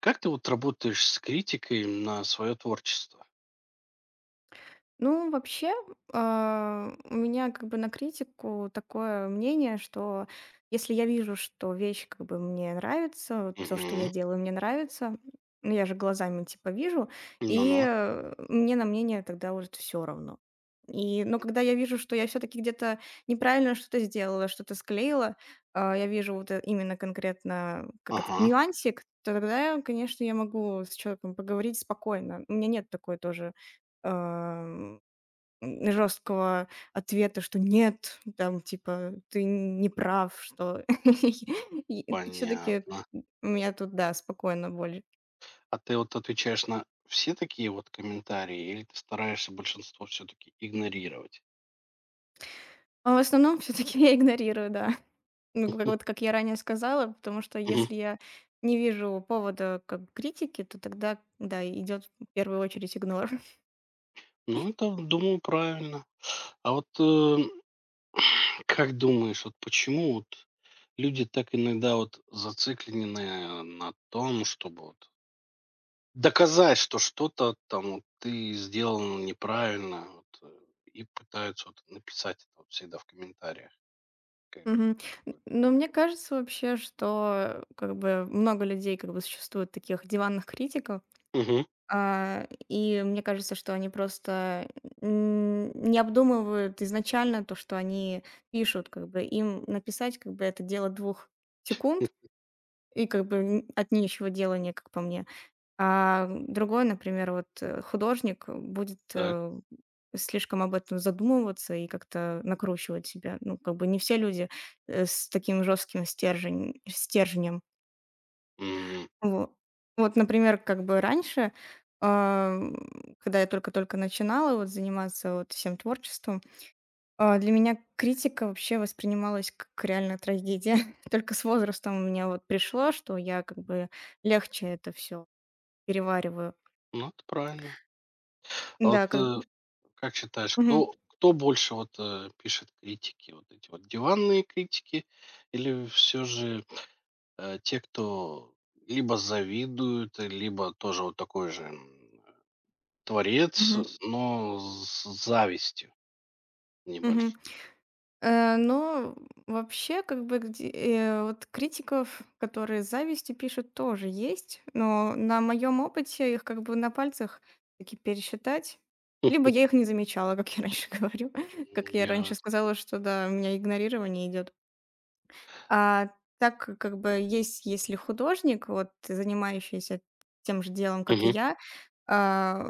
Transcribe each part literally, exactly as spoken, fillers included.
Как ты вот работаешь с критикой на свое творчество? Ну, вообще, а, у меня как бы на критику такое мнение, что если я вижу, что вещь как бы мне нравится, вот то, что Мгм. я делаю, мне нравится, ну, я же глазами типа вижу, и Ну-ну. э, мне на мнение тогда уже все равно. И, но когда я вижу, что я все-таки где-то неправильно что-то сделала, что-то склеила, а, я вижу вот э- именно конкретно как этот Ага. нюансик, то тогда, конечно, я могу с человеком поговорить спокойно. У меня нет такой тоже м, жёсткого ответа, что нет, там типа ты не прав, что все таки Понятно. у меня тут, да, спокойно более. А ты вот отвечаешь на все такие вот комментарии или ты стараешься большинство все-таки игнорировать? А в основном все таки я игнорирую, да. Ну, как М. вот как я ранее сказала, потому что Мгм. если я не вижу повода к критики, то тогда, да, идет в первую очередь игнор. Ну, это, думаю, правильно. А вот э, как думаешь, вот почему вот люди так иногда вот зациклены на том, чтобы вот доказать, что что-то там вот ты сделал неправильно, вот, э, и пытаются вот написать это вот всегда в комментариях, как говорится, Мгм. Н такое. но мне кажется вообще, что как бы много людей как бы существует таких диванных критиков. Мгм. А, и мне кажется, что они просто н не обдумывают изначально то, что они пишут. Как бы им написать, как бы, это дело двух М. секунд и, как бы, н от нечего делания, как по мне. А другой, например, вот, э, художник будет, Так. э, слишком об этом задумываться и как-то накручивать себя. Ну, как бы не все люди, э, с таким жестким стержень стержнем. М. Во вот, например, как бы раньше, ам, когда я только-только начинала вот заниматься вот всем творчеством, а, для меня критика вообще воспринималась как реальная трагедия. Только с возрастом у меня вот пришло, что я как бы легче это все перевариваю. Ну, это правильно. А вот, Да, как э, бы. как считаешь, Мгм. кто кто больше вот, э, пишет критики? Вот эти вот диванные критики или все же, э, те, кто либо завидуют, э, либо тоже вот такой же, м, творец, Мгм. но с завистью Мгм. небольшой? Э, но вообще, как бы, где э, вот критиков, которые с завистью пишут, тоже есть, но на моем опыте их как бы на пальцах таки пересчитать. Либо я их не замечала, как я раньше говорю, Ну, как я я. раньше сказала, что да, у меня игнорирование идет. А так как как бы есть, если художник, вот занимающийся тем же делом, как и Мгм. я, а,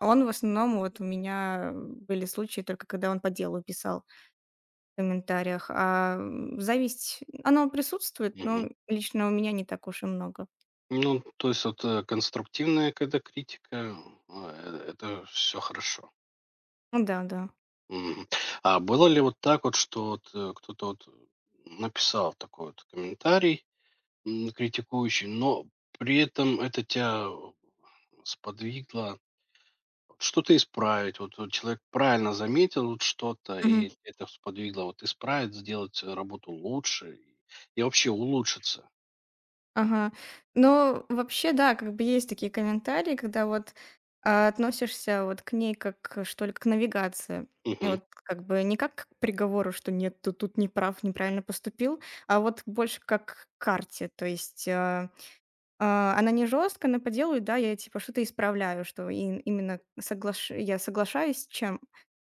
он в основном вот у меня были случаи только когда он по делу писал в комментариях, а, м, зависть, она присутствует, Мгм. но лично у меня не так уж и много. Ну, то есть вот, э, конструктивная когда критика, а, э, это все хорошо. Ну да, да. Мгм. А было ли вот так вот, что вот, э, кто-то вот написал такой вот комментарий, м, критикующий, но при этом это тебя сподвигло что-то исправить? Вот вот человек правильно заметил вот что-то, Мгм. и это сподвигло вот исправить, сделать, э, работу лучше и и вообще улучшиться. Ага. Но вообще, да, как бы есть такие комментарии, когда вот, а, относишься вот к ней как, э, что ли, к навигации. И Мгм. вот как бы не как к приговору, что нет, ты тут не прав, неправильно поступил, а вот больше как к карте. То есть, а А, она не жестко она по делу, и да, я типа что-то исправляю, что и именно соглаш я соглашаюсь с чем?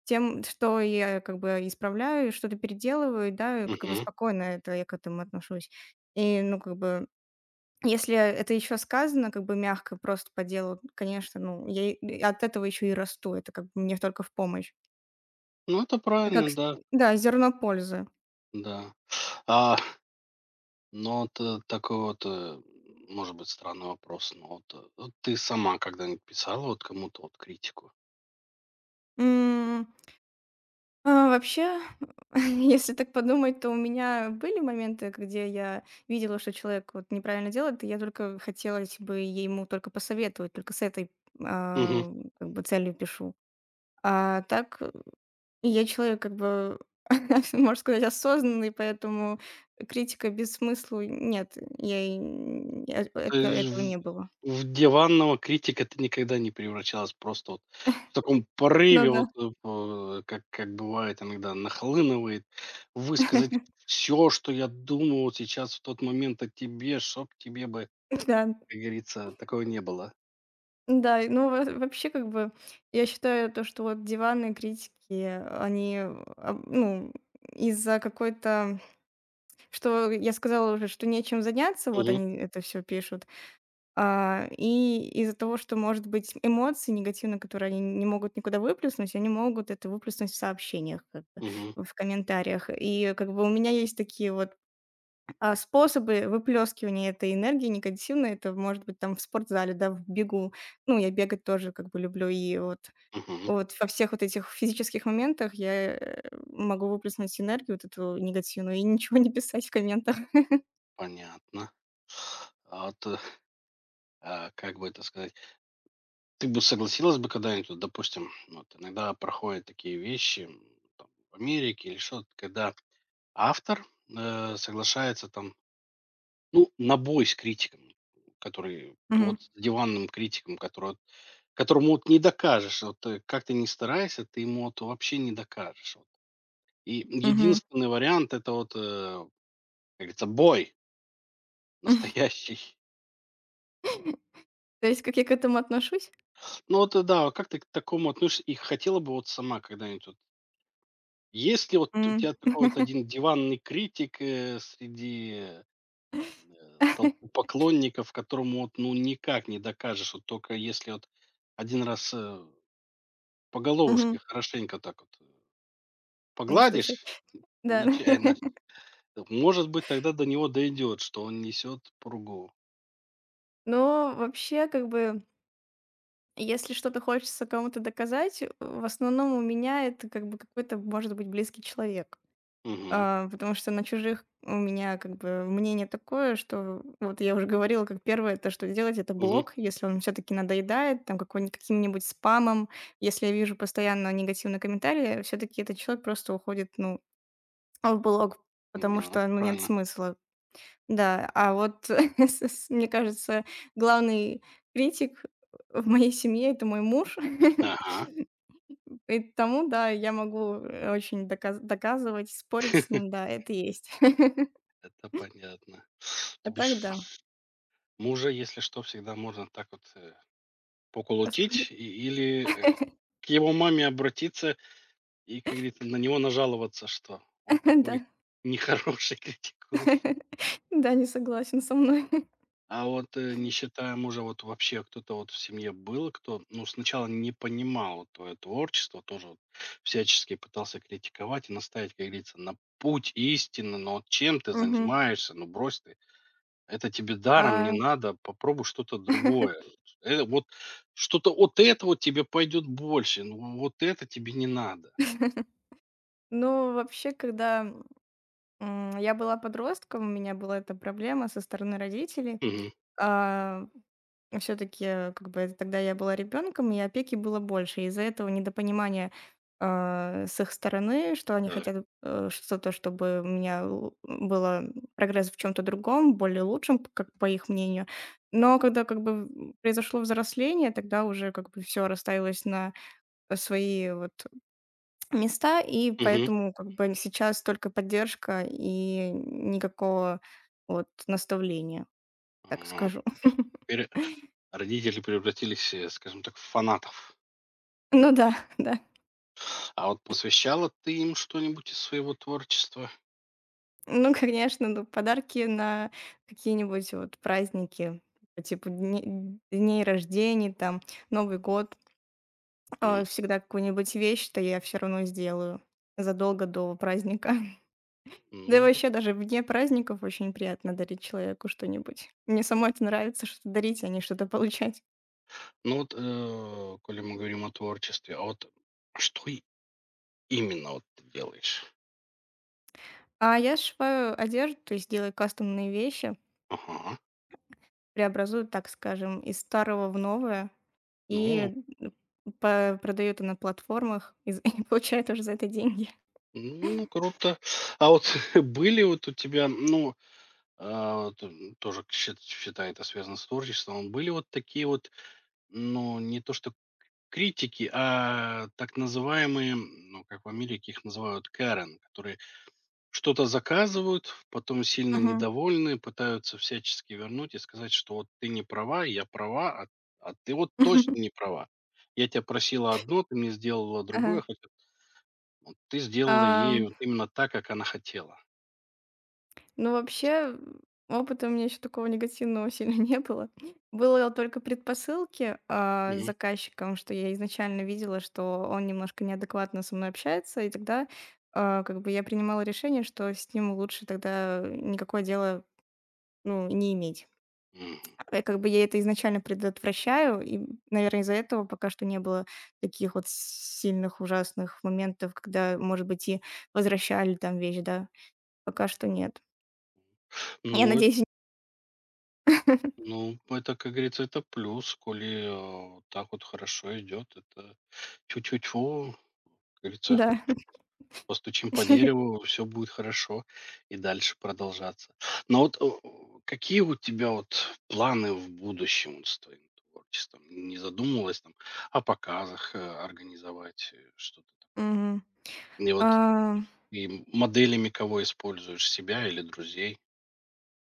Тем, что я как бы исправляю, что-то переделываю, да, и как бы Мгм. спокойно это я к этому отношусь. И, ну, как бы, если это еще сказано как бы мягко, просто по делу, конечно, ну, я и и от этого еще и расту, это как бы мне только в помощь. Ну, это Как правильно, с да, да, зерно пользы. да. А, но вот, э, такой вот, э, может быть, странный вопрос, но вот, э, вот ты сама когда-нибудь писала вот кому-то вот критику? М. А, вообще, если так подумать, то у меня были моменты, где я видела, что человек вот неправильно делает, и я только хотелось бы ему только посоветовать, только с этой, Мгм. а, как бы целью пишу. А так, э, я человек, как бы, можно сказать, осознанный, поэтому критика без смысла нет, я и н я это Ты ж этого в не было. в диванного критика ты никогда не превращалась, просто вот в таком Ну порыве, да. вот, э, по как как бывает иногда нахлынывает, высказать все, что я думаю вот сейчас в тот момент о тебе, чтоб тебе бы, Да. как говорится, такого не было. Да, и ну, во вообще, как бы, я считаю то, что вот диванные критики, они, об ну, из-за какой-то что я сказала уже, что нечем заняться, вот Мгм, они это все пишут, а, и из-за того, что, может быть, эмоции негативные, которые они не могут никуда выплеснуть, они могут это выплеснуть в сообщениях, как мгм, бы, в комментариях. И, как бы, у меня есть такие вот а способы выплескивания этой энергии негативной — это может быть там в спортзале, да, в бегу. Ну, я бегать тоже как бы люблю, и вот мгм. вот во всех вот этих физических моментах я, э, могу выплеснуть энергию вот эту негативную и ничего не писать в комментах. Понятно. А вот, э, а, как бы это сказать, ты бы согласилась бы когда-нибудь, вот, допустим, вот иногда проходят такие вещи, м, там, в Америке или что-то, когда автор, э, соглашается там, ну, на бой с критиком, который Мгм. вот с диванным критиком, который вот которому вот не докажешь. Вот, э, как ты не старайся, ты ему вот вообще не докажешь. Вот. И Мгм. единственный вариант — это вот, э, как говорится, бой настоящий. То есть как я к этому отношусь? Ну вот, э, да, как ты к такому относишься и хотела бы вот сама когда-нибудь вот? Есть ли вот у М. тебя такой вот один диванный критик, э, среди, э, толпы поклонников, которому вот, ну, никак не докажешь, вот только если вот один раз, э, по головушке Мгм. хорошенько так вот Настучать. погладишь Да. нечаянно, э, может быть, тогда до него дойдет, что он несет пургу. Но вообще, как бы. Если что-то хочется кому-то доказать, э, в основном у меня это как бы какой-то, может быть, близкий человек. Угу. А, потому что на чужих у меня как бы мнение такое, что вот я уже говорила, как первое, то, что делать, это Угу. блог, если он все-таки надоедает, там какой-нибудь каким-нибудь спамом, если я вижу постоянно негативные комментарии, все-таки этот человек просто уходит, ну, в блог, потому Да, это что, ну, нет правильно. смысла. Да, а вот, с- с- мне кажется, главный критик в моей семье это мой муж. Ага, И тому, да, я могу, э, очень доказ доказывать, спорить с ним, да, это есть. это понятно. То А так бишь да, мужа, если что, всегда можно так вот э, поколотить поспорить. и- или э, к его маме обратиться и, как говорится, на него нажаловаться, что он такой Да. нехороший, критикует. Да, не согласен со мной. А вот э, не считая мужа, вот вообще кто-то вот в семье был, кто, ну, сначала не понимал вот твое творчество, тоже вот всячески пытался критиковать и наставить, как говорится, на путь истины, но вот чем ты Мгм. занимаешься, ну, брось ты. Это тебе даром не А, надо, попробуй что-то другое. Э, вот что-то от этого тебе пойдет больше, ну вот это тебе не надо. ну, вообще, когда, м, я была подростком, у меня была эта проблема со стороны родителей. Мгм. А все таки как бы, это тогда я была ребенком, и опеки было больше. Из-за этого недопонимания, а, с их стороны, что они Так. хотят, э, что-то, чтобы у меня л было прогресс в чем то другом, более лучшем, п как по их мнению. Но когда, как бы, м, произошло взросление, тогда уже, как бы, все расставилось на свои вот места, и Мгм. поэтому, как бы, сейчас только поддержка и никакого вот наставления, так Ага. скажу. Теперь родители превратились, э, скажем так, в фанатов. Ну да, да. А вот посвящала ты им что-нибудь из своего творчества? Ну, конечно, ну, подарки на какие-нибудь вот праздники, по типу дне- дней рождений, там, Новый год, М. а, всегда какую-нибудь вещь-то я все равно сделаю задолго до праздника. Да и Ну, вообще даже вне праздников очень приятно дарить человеку что-нибудь. Мне самой это нравится, что дарить, а не что-то получать. ну вот, э, коли мы говорим о творчестве, а вот что и- именно вот ты делаешь? А я сшиваю одежду, то есть делаю кастомные вещи, Ага. преобразую, так скажем, из старого в новое. Ну. И м, по продают на платформах и з и получают уже за это деньги. Ну, круто. А вот были вот у тебя, ну, а, т- тоже к- считай это связано с творчеством, были вот такие вот, ну, не то что критики, а так называемые, ну, как в Америке их называют, Карен, которые что-то заказывают, потом сильно Мгм. недовольны, пытаются всячески вернуть и сказать, что вот ты не права, я права, а, а ты вот точно не права. Я тебя просила одно, ты мне сделала другое, Ага. хотя вот ты сделала ей Ам, вот именно так, как она хотела. ну, вообще, опыта у меня еще такого негативного сильно не было. Было только предпосылки, а, с Мгм, заказчиком, что я изначально видела, что он немножко неадекватно со мной общается, и тогда, а, как бы я принимала решение, что с ним лучше тогда никакое дело, ну, не иметь. мгм. Э, как бы я это изначально предотвращаю, и, наверное, из-за этого пока что не было таких вот сильных ужасных моментов, когда, может быть, и возвращали там вещь, да. Пока что нет. Ну, Я эт надеюсь, ну, это, как говорится, это плюс, коли, а, вот так вот хорошо идет. Это чуть-чуть, тю как говорится, да. постучим по дереву, все будет хорошо и дальше продолжаться. Но вот, э, какие у тебя вот планы в будущем вот с твоим творчеством? Не задумывалась там о показах, э, организовать, э, что-то. Мгм. И А вот и моделями кого используешь, себя или друзей?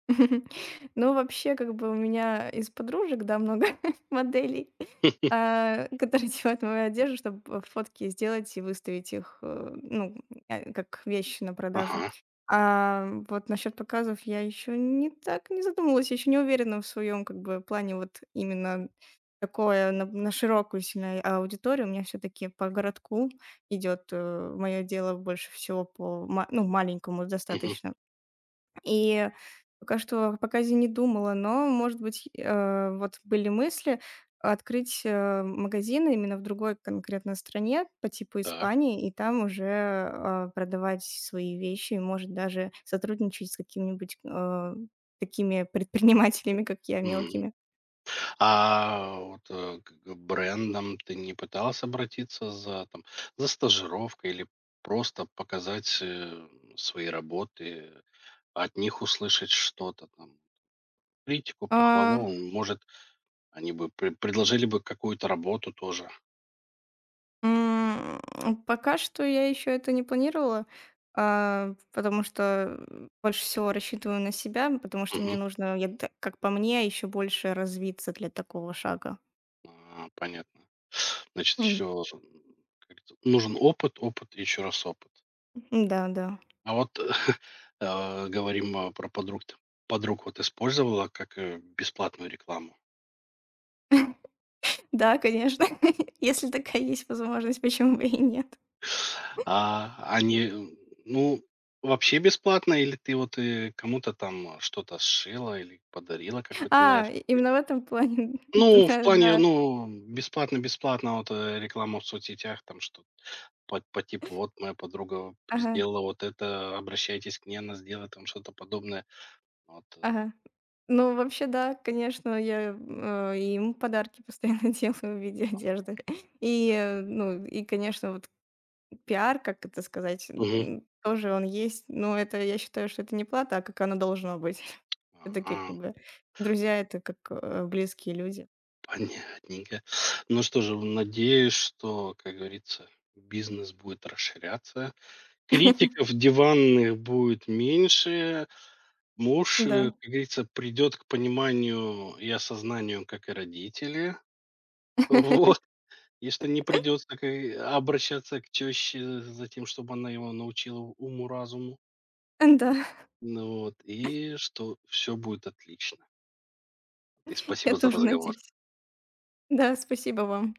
ну, вообще, как бы у меня из подружек, да, много моделей, а, которые делают мою одежду, чтобы фотки сделать и выставить их, э, ну, э, как вещи на продажу. Ага, А вот насчет показов я еще не так не задумывалась, еще не уверена в своем как бы плане вот именно такое на, на широкую сильно аудиторию. У меня все-таки по городку идет мое дело больше всего по ма- ну, маленькому мгм, достаточно. И пока что, пока я не думала, но, может быть, э, вот были мысли открыть, э, магазин именно в другой конкретно стране по типу так. Испании и там уже, э, продавать свои вещи, и, может, даже сотрудничать с какими-нибудь, э, такими предпринимателями, как я, мелкими. А вот э, к к брендам ты не пытался обратиться за, там, за стажировкой или просто показать э, свои работы, от них услышать что-то там? Критику, А. похвалу, может, они бы пре- предложили бы какую-то работу тоже. М, пока что я еще это не планировала, а, потому что больше всего рассчитываю на себя, потому что мне Мгм. нужно, я т как по мне, еще больше развиться для такого шага. А, понятно. Значит, М, еще нужен опыт, опыт, и еще раз опыт. да-да. А вот э, говорим э, про подруг. Подруг вот использовала как э, бесплатную рекламу? Да, да, конечно, если такая есть возможность, почему бы и нет. А они, ну, вообще бесплатно или ты вот, э, кому-то там что-то сшила или подарила какой-то наряд? А, и- именно в этом плане, Ну, в да, плане, да. ну, бесплатно-бесплатно, вот, э, реклама в соцсетях, там что по по типу: «Вот моя подруга Ага, сделала вот это, обращайтесь к ней, она сделает там что-то подобное». Вот, э. ага. Ну, вообще, да, конечно, я, э, и ему подарки постоянно делаю в виде одежды. И, э, ну, и, конечно, вот пиар, как это сказать, Мгм. м, тоже он есть, но это я считаю, что это не плата, а как оно должно быть. Всё-таки Ага, как бы друзья — это как, э, близкие люди. понятненько. Ну что же, надеюсь, что, как говорится, бизнес будет расширяться. Критиков диванных будет меньше. Муж, э, Да, как говорится, придет к пониманию и осознанию, как и родители. Вот. И что не придется к и обращаться к тёще за тем, чтобы она его научила уму-разуму. да, Ну вот. И что все будет отлично. И я спасибо за тоже разговор. надеюсь. Да, спасибо вам.